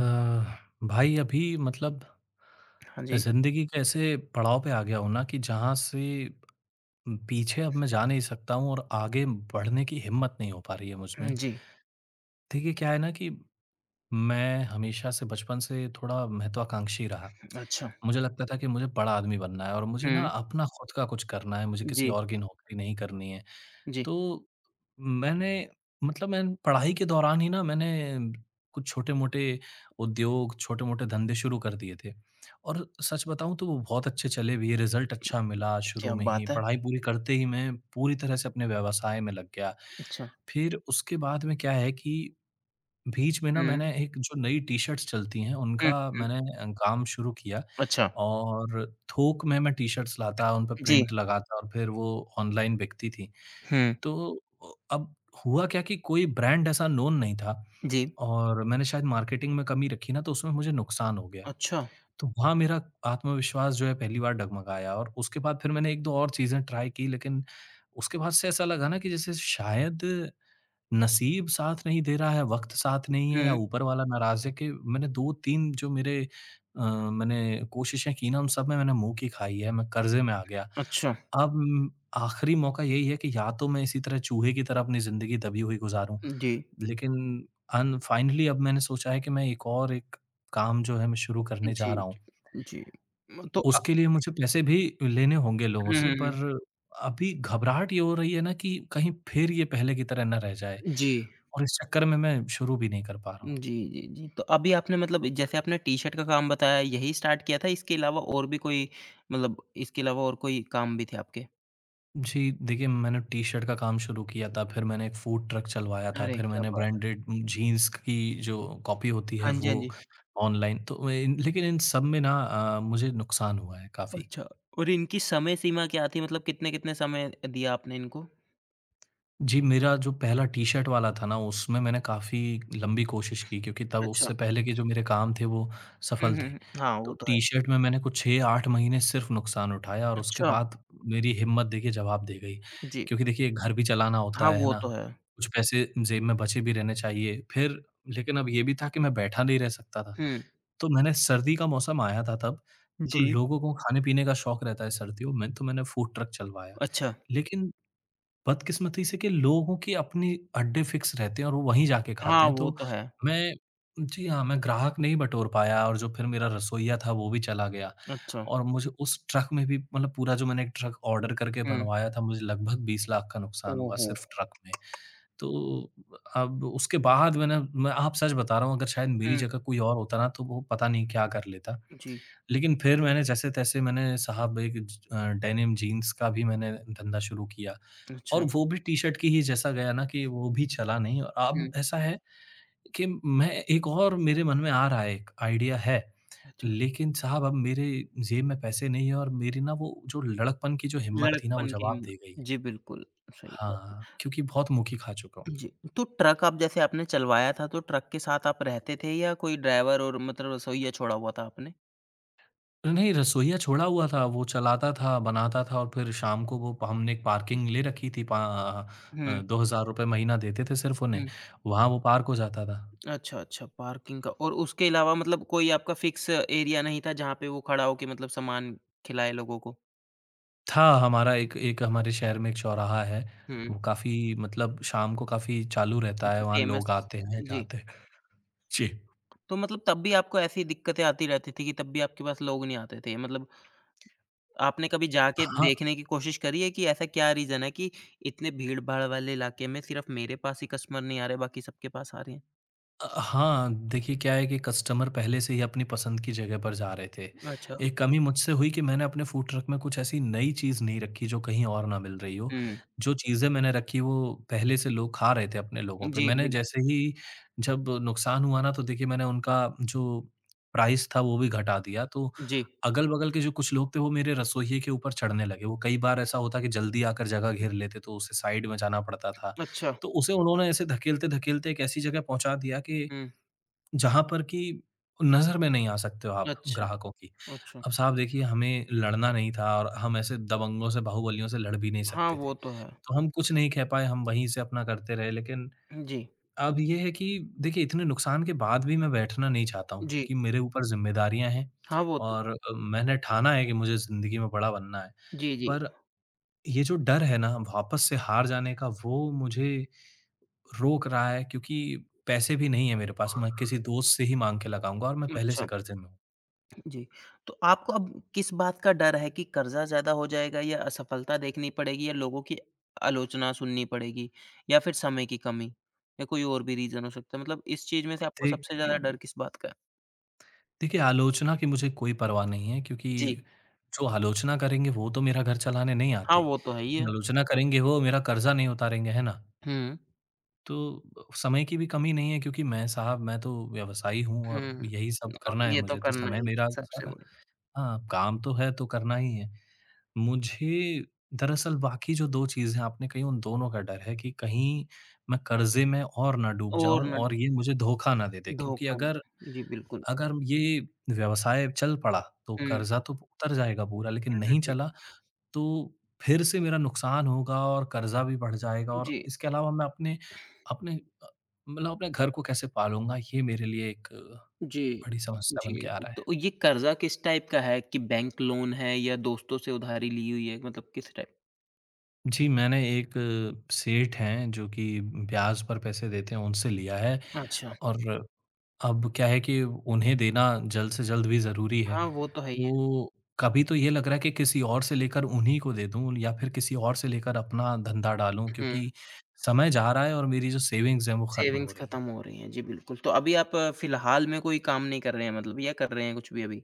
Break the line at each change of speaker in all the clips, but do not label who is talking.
अ, भाई अभी मतलब
हाँ जी।
ज़िंदगी के ऐसे पड़ाव पे आ गया हूँ ना कि जहाँ से पीछे अब मैं जा नहीं सकता हूँ और आगे बढ़ने की हिम्मत नहीं हो पा रही है मुझ
हुँ,
में।
जी।
देखिए क्या है ना कि मैं हमेशा से बचपन से थोड़ा महत्वाकांक्षी रहा।
अच्छा।
मुझे लगता था कि मुझे बड़ा आदमी बनना है और मुझे ना
हुँ,
अपना खुद का कुछ करना है, मुझे किसी
जी,
और की नौकरी नहीं करनी है।
जी।
तो मैंने मतलब मैं पढ़ाई के दौरान ही ना मैंने कुछ छोटे-मोटे उद्योग, छोटे-मोटे धंधे शुरू कर दिए थे और सच बताऊँ तो वो बहुत अच्छे चले भी, रिज़ल्ट अच्छा मिला शुरू
क्या
में ही।
बात है!
पढ़ाई पूरी करते ही मैं पूरी तरह से अपने व्यवसाय में लग गया।
अच्छा।
फिर उसके बाद में क्या है कि बीच में ना
हुँ,
मैंने एक जो नई टी-शर्ट्स चलती हैं,
हुँ,
उनका
हुँ।
मैंने काम शुरू किया
अच्छा।
और थोक में मैं टी-शर्ट्स लाता, उन पे
जी।
प्रिंट लगाता और फिर वो ऑनलाइन बिकती थी।
हुँ,
तो अब हुआ क्या कि कोई ब्रांड ऐसा नोन नहीं था
जी।
और मैंने शायद मार्केटिंग में कमी रखी ना तो उसमें मुझे नुकसान हो गया।
अच्छा।
तो वहाँ मेरा आत्मविश्वास जो है पहली बार डगमगाया और उसके बाद फिर मैंने 1-2 और चीज़ें ट्राई की, लेकिन उसके बाद से ऐसा लगा ना कि जैसे शायद नसीब साथ नहीं दे रहा है, वक़्त साथ नहीं है या
हुँ,
ऊपर वाला नाराज़ है कि मैंने 2-3 जो मेरे मैंने कोशिशें की ना उन सब में मैंने मुँह की खाई है, मैं कर्ज़े में आ गया।
अच्छा।
अब म आखिरी मौका यही है कि या तो मैं इसी तरह चूहे की तरह अपनी ज़िंदगी दबी हुई गुज़ारूँ,
जी,
लेकिन अन फाइनली अब मैंने सोचा है कि मैं एक काम जो है मैं शुरू करने जा
जी,
रहा हूँ।
जी। जी। तो
उसके लिए मुझे पैसे भी लेने होंगे लोगों
हुँ,
से,
हुँ, हुँ।
पर अभी घबराहट ये हो रही है ना कि कहीं फिर ये पहले की तरह ना रह जाए
जी।
और इस चक्कर में मैं शुरू भी नहीं कर पा रहा हूँ।
जी, जी, जी। तो अभी आपने मतलब जैसे आपने टी-शर्ट का काम बताया, यही स्टार्ट किया था? इसके अलावा और भी कोई मतलब इसके अलावा और कोई काम भी थे आपके?
जी, देखिए मैंने टी-शर्ट का काम शुरू किया था, फिर मैंने एक फूड ट्रक चलवाया था,
अरे,
फिर
क्या
मैंने
बात है!
ब्रांडेड जीन्स की जो कॉपी होती है
हाँ जी, हाँ
वो
जी।
ऑनलाइन तो इन लेकिन इन सब में ना मुझे नुकसान हुआ है काफ़ी।
अच्छा, और इनकी समय सीमा क्या थी? मतलब कितने-कितने समय दिया आपने इनको?
जी, मेरा जो पहला टी-शर्ट वाला था ना, उसमें मैंने काफ़ी लंबी कोशिश की, क्योंकि तब
अच्छा।
उससे पहले के जो मेरे काम थे, वो
हुँ,
सफल
हुँ,
थे।
हुँ। हाँ, वो
तो
तो है।
टी-शर्ट में मैंने कुछ 6-8 महीने सिर्फ़ नुकसान उठाया और उसके
अच्छा।
बाद मेरी हिम्मत देखिए जवाब दे गई।
जी।
क्योंकि देखिए घर भी चलाना होता
हाँ,
है
वो
ना?
तो है।
कुछ पैसे जेब में बचे भी रहने चाहिए। फिर लेकिन अब ये भी था कि मैं बैठा नहीं रह सकता था।
हुँ।
तो मैंने सर्दी का मौसम आया था तब, तो
जी।
लोगों को खाने-पीने का शौक रहता है सर्दियों में, तो मैंने फूड ट्रक चलवाया।
अच्छा।
लेकिन बदकिस्मती से कि लोगों के अपने अड्डे फिक्स रहते हैं और वो वहीं जाके खाते
हाँ,
हैं,
वो
तो
तो है।
मैं जी हाँ, मैं ग्राहक नहीं बटोर पाया और जो फिर मेरा रसोइया था वो भी चला गया
अच्छा।
और मुझे उस ट्रक में भी मतलब पूरा जो मैंने एक ट्रक ऑर्डर करके
हुँ।
बनवाया था, मुझे लगभग 20 लाख का नुकसान हुआ
ओहो!
सिर्फ ट्रक में। तो अब उसके बाद मैंने मैं आप सच बता रहा हूँ, अगर शायद मेरी
हुँ।
जगह कोई और होता ना, तो वो पता नहीं क्या कर लेता।
जी।
लेकिन फिर मैंने जैसे-तैसे मैंने साहब एक डेनिम जीन्स का भी मैंने धंधा शुरू किया
अच्छा।
और वो भी टी-शर्ट की ही जैसा गया ना कि वो भी चला नहीं और अब
हुँ।
ऐसा है कि मैं एक और मेरे मन में आ रहा है एक आइडिया है।
अच्छा,
लेकिन साहब अब मेरे जेब में पैसे नहीं है और मेरी ना वो जो लड़कपन की जो हिम्मत थी ना वो
लड़कपन की
जवाब
हिम्मत।
दे गई।
जी, बिल्कुल, सही कहा।
हाँ, क्योंकि बहुत मुँह की खा चुका हूँ।
जी, तो ट्रक आप जैसे आपने चलवाया था, तो ट्रक के साथ आप रहते थे या कोई ड्राइवर और मतलब रसोइया छोड़ा हुआ था आपने?
नहीं, रसोइया छोड़ा हुआ था, वो चलाता था, बनाता था और फिर शाम को वो हमने एक पार्किंग ले रखी थी
हुँ,
₹2000 महीना देते थे सिर्फ़ उन्हें,
हुँ।
वहाँ वो पार्क हो जाता था।
अच्छा, अच्छा, पार्किंग का, और उसके अलावा मतलब कोई आपका फिक्स एरिया नहीं था, जहाँ पे वो खड़ा हो के मतलब सामान खिलाए लोगों को?
था हमारा एक एक हमारे शहर में एक चौराहा है,
हुँ।
वो काफ़ी मतलब शाम को काफ़ी चालू रहता
अच्छा,
है, वहाँ
फ़ेमस।
लोग आते हैं,
जी।
जाते हैं। जी।
तो मतलब तब भी आपको ऐसी दिक्कतें आती रहती थी कि तब भी आपके पास लोग नहीं आते थे? मतलब आपने कभी जाके
हाँ।
देखने की कोशिश करी है कि ऐसा क्या रीज़न है कि इतने भीड़-भाड़ वाले इलाके में सिर्फ़ मेरे पास ही कस्टमर नहीं आ रहे, बाकी सबके पास आ रहे हैं?
हाँ, देखिए क्या है कि कस्टमर पहले से ही अपनी पसंद की जगह पर जा रहे थे।
अच्छा।
एक कमी मुझसे हुई कि मैंने अपने फूड ट्रक में कुछ ऐसी नई चीज़ नहीं रखी जो कहीं और ना मिल रही हो।
हुँ।
जो चीज़ें मैंने रखी वो पहले से लोग खा रहे थे अपने लोगों पे।
जी,
मैंने
बिल।
जैसे ही जब नुकसान हुआ ना तो देखिए मैंने उनका जो प्राइस था वो भी घटा दिया। तो
जी।
अगल-बगल के जो कुछ लोग थे वो मेरे रसोइये के ऊपर चढ़ने लगे। वो कई बार ऐसा होता कि जल्दी आकर जगह घेर लेते तो उसे साइड में जाना पड़ता था।
अच्छा।
तो उसे उन्होंने ऐसे धकेलते-धकेलते एक ऐसी जगह पहुँचा दिया कि
हुँ।
जहाँ पर कि नज़र में नहीं आ सकते हो आप
अच्छा,
ग्राहकों की।
अच्छा।
अब साहब देखिए हमें लड़ना नहीं था और हम ऐसे दबंगों से, बाहुबलियों से लड़ भी नहीं
हाँ,
सकते थे।
वो तो है।
तो हम कुछ नहीं कह पाए, हम वहीं से अपना करते रहे। लेकिन
जी,
अब ये है कि देखिए इतने नुकसान के बाद भी मैं बैठना नहीं चाहता हूँ,
जी।
क्योंकि मेरे ऊपर ज़िम्मेदारियाँ हैं
हाँ, वो तो।
और मैंने ठाना है कि मुझे ज़िंदगी में बड़ा बनना है।
जी, जी।
पर ये जो डर है ना वापस से हार जाने का वो मुझे रोक रहा है, क्योंकि पैसे भी नहीं है मेरे पास। मैं किसी दोस्त से ही माँग के लगाऊँगा और मैं पहले से
अच्छा।
कर्ज़े में हूँ।
जी, तो आपको अब किस बात का डर है कि कर्ज़ा ज़्यादा हो जाएगा या असफलता देखनी पड़ेगी या लोगों की आलोचना सुननी पड़ेगी या फिर समय की कमी या कोई और भी रीज़न हो सकता है? मतलब इस चीज़ में से आपको सबसे
देखिए
ज़्यादा डर किस बात का है?
देखिए, आलोचना की मुझे कोई परवाह नहीं है क्योंकि
जी,
जो आलोचना करेंगे वो तो मेरा घर चलाने नहीं
हाँ,
आते।
वो तो है ही है।
आलोचना करेंगे वो मेरा कर्ज़ा नहीं उतारेंगे, है ना?
हुँ,
तो समय की भी कमी नहीं है क्योंकि मैं साहब मैं तो व्यवसायी हूँ और
हुँ,
यही सब करना है
ये तो
मुझे, तो
करना
समय
ही
मेरा
सबसे
सारा
बड़ी।
हाँ, काम तो है तो करना ही है। मुझे दरअसल बाकी जो 2 चीज़ें आपने कही उन दोनों का डर है कि कहीं मैं कर्ज़े में और ना डूब
और
जाऊँ
ना
और ये मुझे धोखा ना दे दे, क्योंकि
धोखा
अगर
जी, बिल्कुल।
अगर ये व्यवसाय चल पड़ा तो
हुँ, हुँ,
कर्ज़ा तो उतर जाएगा पूरा, लेकिन
हुँ,
नहीं
हुँ।
चला तो फिर से मेरा नुकसान होगा और कर्ज़ा भी बढ़ जाएगा और
जी।
इसके अलावा मैं अपने अपने अ, मतलब अपने घर को कैसे पालूँगा ये मेरे लिए एक
जी,
बड़ी समस्या बन
जी।
के आ रहा है।
तो ये कर्ज़ा किस टाइप का है कि बैंक लोन है या दोस्तों से उधारी ली हुई है? मतलब किस टाइप?
जी, मैंने एक सेठ हैं जो कि ब्याज पर पैसे देते हैं उनसे लिया है
अच्छा,
और अब क्या है कि उन्हें देना जल्द से जल्द भी ज़रूरी है।
हाँ, वो तो है ही
तो कभी तो ये लग रहा है कि किसी और से लेकर उन्हीं को दे दूँ या फिर किसी और से लेकर अपना धंधा डालूँ
है। हुँ,
क्योंकि समय जा रहा है और मेरी जो सेविंग्स हैं वो ख़त्म हो
सेविंग्स
रही हैं।
खत्म हो रही हैं। जी, बिल्कुल। तो अभी आप फ़िलहाल में कोई काम नहीं कर रहे हैं मतलब, या कर रहे हैं कुछ भी अभी?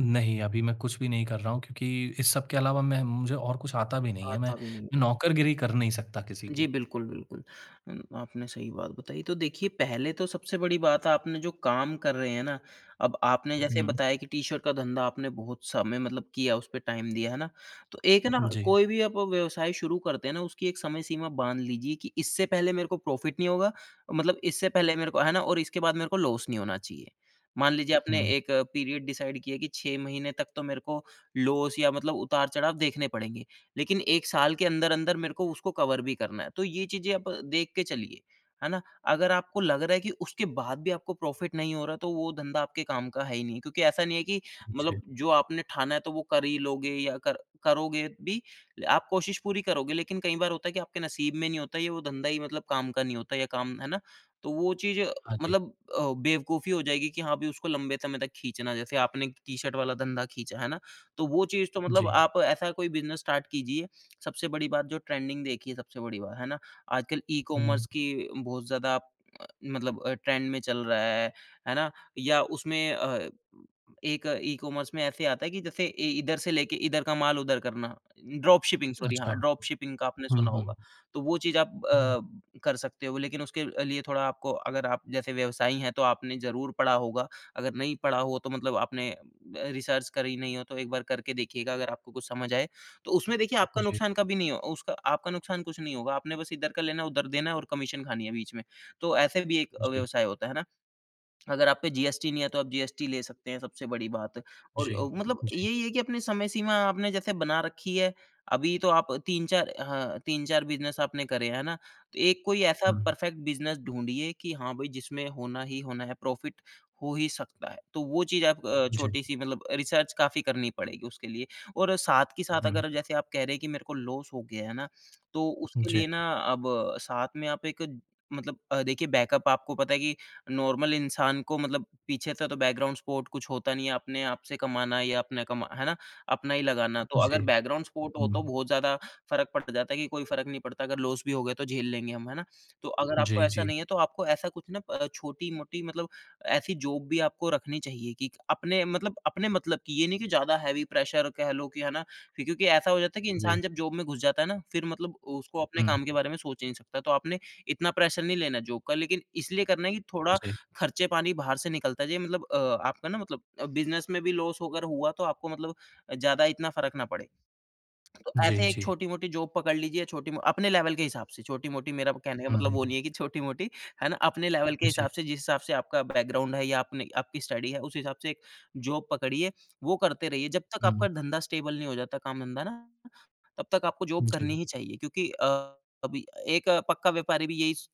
नहीं, अभी मैं कुछ भी नहीं कर रहा हूँ क्योंकि इस सब के अलावा मैं मुझे और कुछ आता भी नहीं है। मैं
आता भी नहीं।
नौकरगिरी कर नहीं सकता किसी
जी,
की।
बिल्कुल, बिल्कुल। आपने सही बात बताई। तो देखिए, पहले तो सबसे बड़ी बात आपने जो काम कर रहे हैं ना, अब आपने हुँ। जैसे
हुँ,
बताया कि टी-शर्ट का धंधा आपने बहुत समय मतलब किया, उसपे टाइम दिया, है ना? तो एक हुँ। ना,
जी।
कोई भी आप व्यवसाय शुरू करते हैं ना, उसकी एक समय सीमा बाँध लीजिए कि इससे पहले मेरे को प्रॉफ़िट नहीं होगा, मतलब इससे पहले मेरे को है ना? और इसके बाद मेरे को लॉस नहीं होना चाहिए। मान लीजिए आपने
हुँ,
एक पीरियड डिसाइड किया कि 6 महीने तक तो मेरे को लॉस या मतलब उतार-चढ़ाव देखने पड़ेंगे। लेकिन 1 साल के अंदर-अंदर मेरे को उसको कवर भी करना है। तो ये चीज़ें आप देख के चलिए, है ना? अगर आपको लग रहा है कि उसके बाद भी आपको प्रॉफ़िट नहीं हो रहा, तो वो धंधा आपके काम का है ही नहीं। क्योंकि ऐसा नहीं है कि
जी।
मतलब जो आपने ठाना है तो वो कर ही लोगे या कर करोगे भी, आप कोशिश पूरी करोगे, लेकिन कई बार होता है कि आपके नसीब में नहीं होता, ये वो धंधा ही मतलब काम का नहीं होता या काम, है ना? तो वो चीज़
हाँ जी,
मतलब बेवकूफ़ी हो जाएगी कि हाँ, अभी उसको लंबे समय तक खींचना। जैसे आपने टी-शर्ट वाला धंधा खींचा, है ना? तो वो चीज़ तो मतलब
जी।
आप ऐसा कोई बिज़नेस स्टार्ट कीजिए, सबसे बड़ी बात जो ट्रेंडिंग देखिए सबसे बड़ी बात, है ना? आजकल ई-कॉमर्स
हुँ,
की बहुत ज़्यादा आप, अ, मतलब ट्रेंड में चल रहा है ना? या उसमें एक ई-कॉमर्स में ऐसे आता है कि जैसे इ इधर से लेके इधर का माल उधर करना, ड्रॉप शिपिंग सॉरी
अच्छा।
हाँ, ड्रॉप शिपिंग का आपने
हुँ,
सुना
हुँ।
होगा। तो वो चीज़ आप
हुँ,
कर सकते हो, लेकिन उसके लिए थोड़ा आपको अगर आप जैसे व्यवसायी हैं तो आपने ज़रूर पढ़ा होगा, अगर नहीं पढ़ा हो तो मतलब आपने रिसर्च करी नहीं हो तो एक बार करके देखिएगा अगर आपको कुछ समझ आए। तो उसमें देखिए आपका
जी,
नुकसान कभी नहीं हो, उसका आपका नुकसान कुछ नहीं होगा, आपने बस इधर का लेना, उधर देना है और कमीशन खानी है बीच में। तो ऐसे भी एक
जी,
व्यवसाय होता है ना? अगर आप पे जीएसटी नहीं है तो आप जीएसटी ले सकते हैं, सबसे बड़ी बात। और
जी,
मतलब
जी।
यही है कि अपनी समय सीमा आपने जैसे बना रखी है। अभी तो आप 3-4 हाँ, 3-4 बिज़नेस आपने करे हैं, है ना? तो एक कोई ऐसा
हुँ,
परफ़ेक्ट बिज़नेस ढूँढिए कि हाँ भाई जिसमें होना ही होना है, प्रॉफ़िट हो ही सकता है। तो वो चीज़ आप
जी,
छोटी-सी मतलब रिसर्च काफ़ी करनी पड़ेगी उसके लिए। और साथ के साथ
हुँ।
अगर जैसे आप कह रहे हैं कि मेरे को लॉस हो गया है ना, तो उसके
जी,
लिए ना अब साथ में आप एक मतलब देखिए बैकअप आपको पता है कि नॉर्मल इंसान को मतलब पीछे से तो बैकग्राउंड सपोर्ट कुछ होता नहीं है, अपने आप से कमाना है या अपना कमा, है ना? अपना ही लगाना। तो अगर
जी।
बैकग्राउंड सपोर्ट हो तो
हुँ।
बहुत ज़्यादा फ़र्क पड़ जाता है कि कोई फ़र्क नहीं पड़ता, अगर लॉस भी हो गया तो झेल लेंगे हम, है ना? तो अगर आपको
जी,
ऐसा
जी,
नहीं है तो आपको ऐसा कुछ ना छोटी-मोटी मतलब ऐसी जॉब भी आपको रखनी चाहिए कि अपने मतलब की ये नहीं कि ज़्यादा हैवी प्रेशर कह लो कि है ना? फिर क्योंकि ऐसा हो जाता है कि
जी।
इंसान जब जॉब में घुस जाता है ना, फिर मतलब उसको अपने
हुँ,
काम के बारे में सोच ही नहीं सकता। तो आपने इतना प्रेशर नहीं लेना जॉब का, लेकिन इसलिए करना है कि थोड़ा
जी,
खर्चे पानी बाहर से निकलता है। ये मतलब आपका ना मतलब बिज़नेस में भी लॉस अगर हुआ तो आपको मतलब ज़्यादा इतना फ़र्क ना पड़े। तो
जी,
ऐसे एक
जी।
छोटी-मोटी जॉब पकड़ लीजिए, छोटी मो अपने लेवल के हिसाब से, छोटी-मोटी मेरा कहने का
हुँ,
मतलब वो
हुँ।
नहीं है कि छोटी-मोटी, है ना? अपने लेवल के
जी,
हिसाब से, जिस हिसाब से आपका बैकग्राउंड है या आपने आपकी स्टडी है, उस हिसाब से एक जॉब पकड़िए, वो करते रहिए। जब तक
हुँ,
आपका धंधा स्टेबल नहीं हो जाता, काम-धंधा ना, तब तक आपको जॉब
जी,
करनी ही चाहिए क्योंकि अभी एक पक्का व्यापारी भी यही स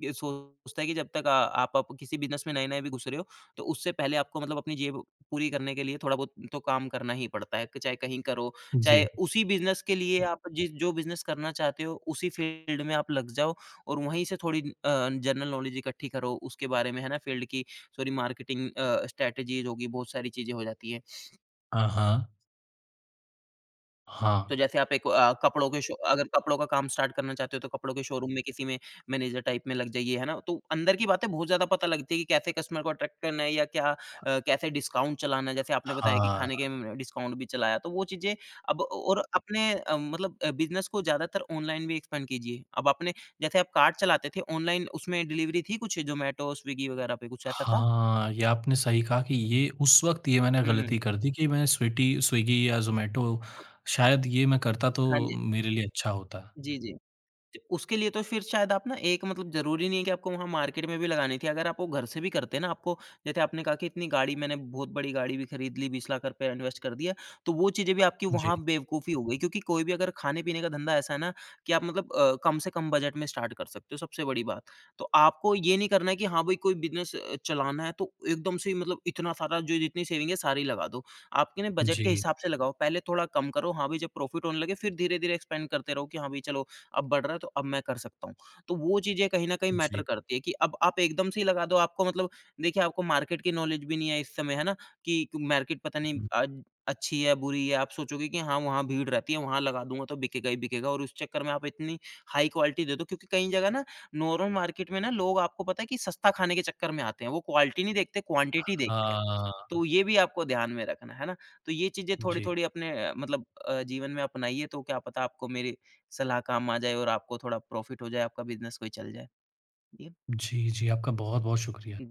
ये सोचता है कि जब तक आ आप किसी बिज़नेस में नए-नए भी घुस रहे हो, तो उससे पहले आपको मतलब अपनी जेब पूरी करने के लिए थोड़ा बहुत तो काम करना ही पड़ता है। कि चाहे कहीं करो, चाहे
जी।
उसी बिज़नेस के लिए आप जिस जो बिज़नेस करना चाहते हो, उसी फील्ड में आप लग जाओ और वहीं से थोड़ी जनरल नॉलेज इकट्ठी करो उसके बारे में, है ना? फील्ड की सॉरी मार्केटिंग स्ट्रैटेजीज़ होगी, बहुत सारी चीज़ें हो जाती हैं।
हाँ, हाँ। हाँ,
तो जैसे आप एक कपड़ों के शो अगर कपड़ों का काम स्टार्ट करना चाहते हो तो कपड़ों के शोरूम में किसी में मैनेजर टाइप में लग जाइए, है ना? तो अंदर की बातें बहुत ज़्यादा पता लगती है कि कैसे कस्टमर को अट्रैक्ट करना है या क्या कैसे डिस्काउंट चलाना है। जैसे आपने बताया कि
हाँ,
खाने के म डिस्काउंट भी चलाया, तो वो चीज़ें अब, और अपने मतलब बिज़नेस को ज़्यादातर ऑनलाइन भी एक्सपेंड कीजिए। अब आपने जैसे आप कार्ट चलाते थे ऑनलाइन, उसमें डिलीवरी थी कुछ ज़ोमैटो, स्विगी वगैरह पे कुछ ऐसा था?
हाँ, ये आपने सही कहा कि ये उस वक़्त ये मैंने
हुँ, हुँ।
गलती कर दी कि मैं स्वीटी स्विगी या ज़ोमैटो शायद ये मैं करता
हाँ
तो
जी।
मेरे लिए अच्छा होता।
जी, जी। तो उसके लिए तो फिर शायद आप ना एक मतलब ज़रूरी नहीं है कि आपको वहाँ मार्केट में भी लगानी थी। अगर आप वो घर से भी करते ना आपको, जैसे आपने कहा कि इतनी गाड़ी मैंने बहुत बड़ी गाड़ी भी खरीद ली, 20 लाख रुपए इन्वेस्ट कर दिया। तो वो चीज़ें भी आपकी
जी,
वहाँ बेवकूफ़ी हो गई क्योंकि कोई भी अगर खाने-पीने का धंधा ऐसा है ना कि आप मतलब कम से कम बजट में स्टार्ट कर सकते हो, सबसे बड़ी बात। तो आपको ये नहीं करना है कि हाँ, भई कोई बिज़नेस चलाना है तो एकदम से ही मतलब इतना सारा जो जितनी सेविंग है सारी लगा दो। आपके ना बजट के
जी,
हिसाब से लगाओ, पहले थोड़ा कम करो, हाँ, भई जब प्रॉफ़िट होने लगे फिर धीरे-धीरे एक्सपेंड करते रहो कि हाँ, भई चलो अब बढ़ रहा है तो अब मैं कर सकता हूँ। तो वो चीज़ें कहीं न कहीं मैटर
जी।
करती है कि अब आप एकदम से ही लगा दो आपको मतलब देखिए आपको मार्केट की नॉलेज भी नहीं है इस समय, है ना? कि मार्केट पता नहीं
हुँ।
आज अच्छी है, बुरी है, आप सोचोगे कि हाँ, वहाँ भीड़ रहती है, वहाँ लगा दूँगा तो बिकेगा ही बिकेगा और उस चक्कर में आप इतनी हाई क्वालिटी दे दो, क्योंकि कई जगह ना नॉर्मल मार्केट में ना लोग आपको पता है कि सस्ता खाने के चक्कर में आते हैं। वो क्वालिटी नहीं देखते, क्वांटिटी देखते हैं।
हाँ,
तो ये भी आपको ध्यान में रखना है ना? तो ये चीज़ें
जी।
थोड़ी-थोड़ी अपने मतलब जीवन में अपनाइए तो क्या पता आपको मेरी सलाह काम आ जाए और आपको थोड़ा प्रॉफ़िट हो जाए, आपका बिज़नेस कोई चल जाए।
जी, जी, आपका बहुत-बहुत शुक्रिया।
जी।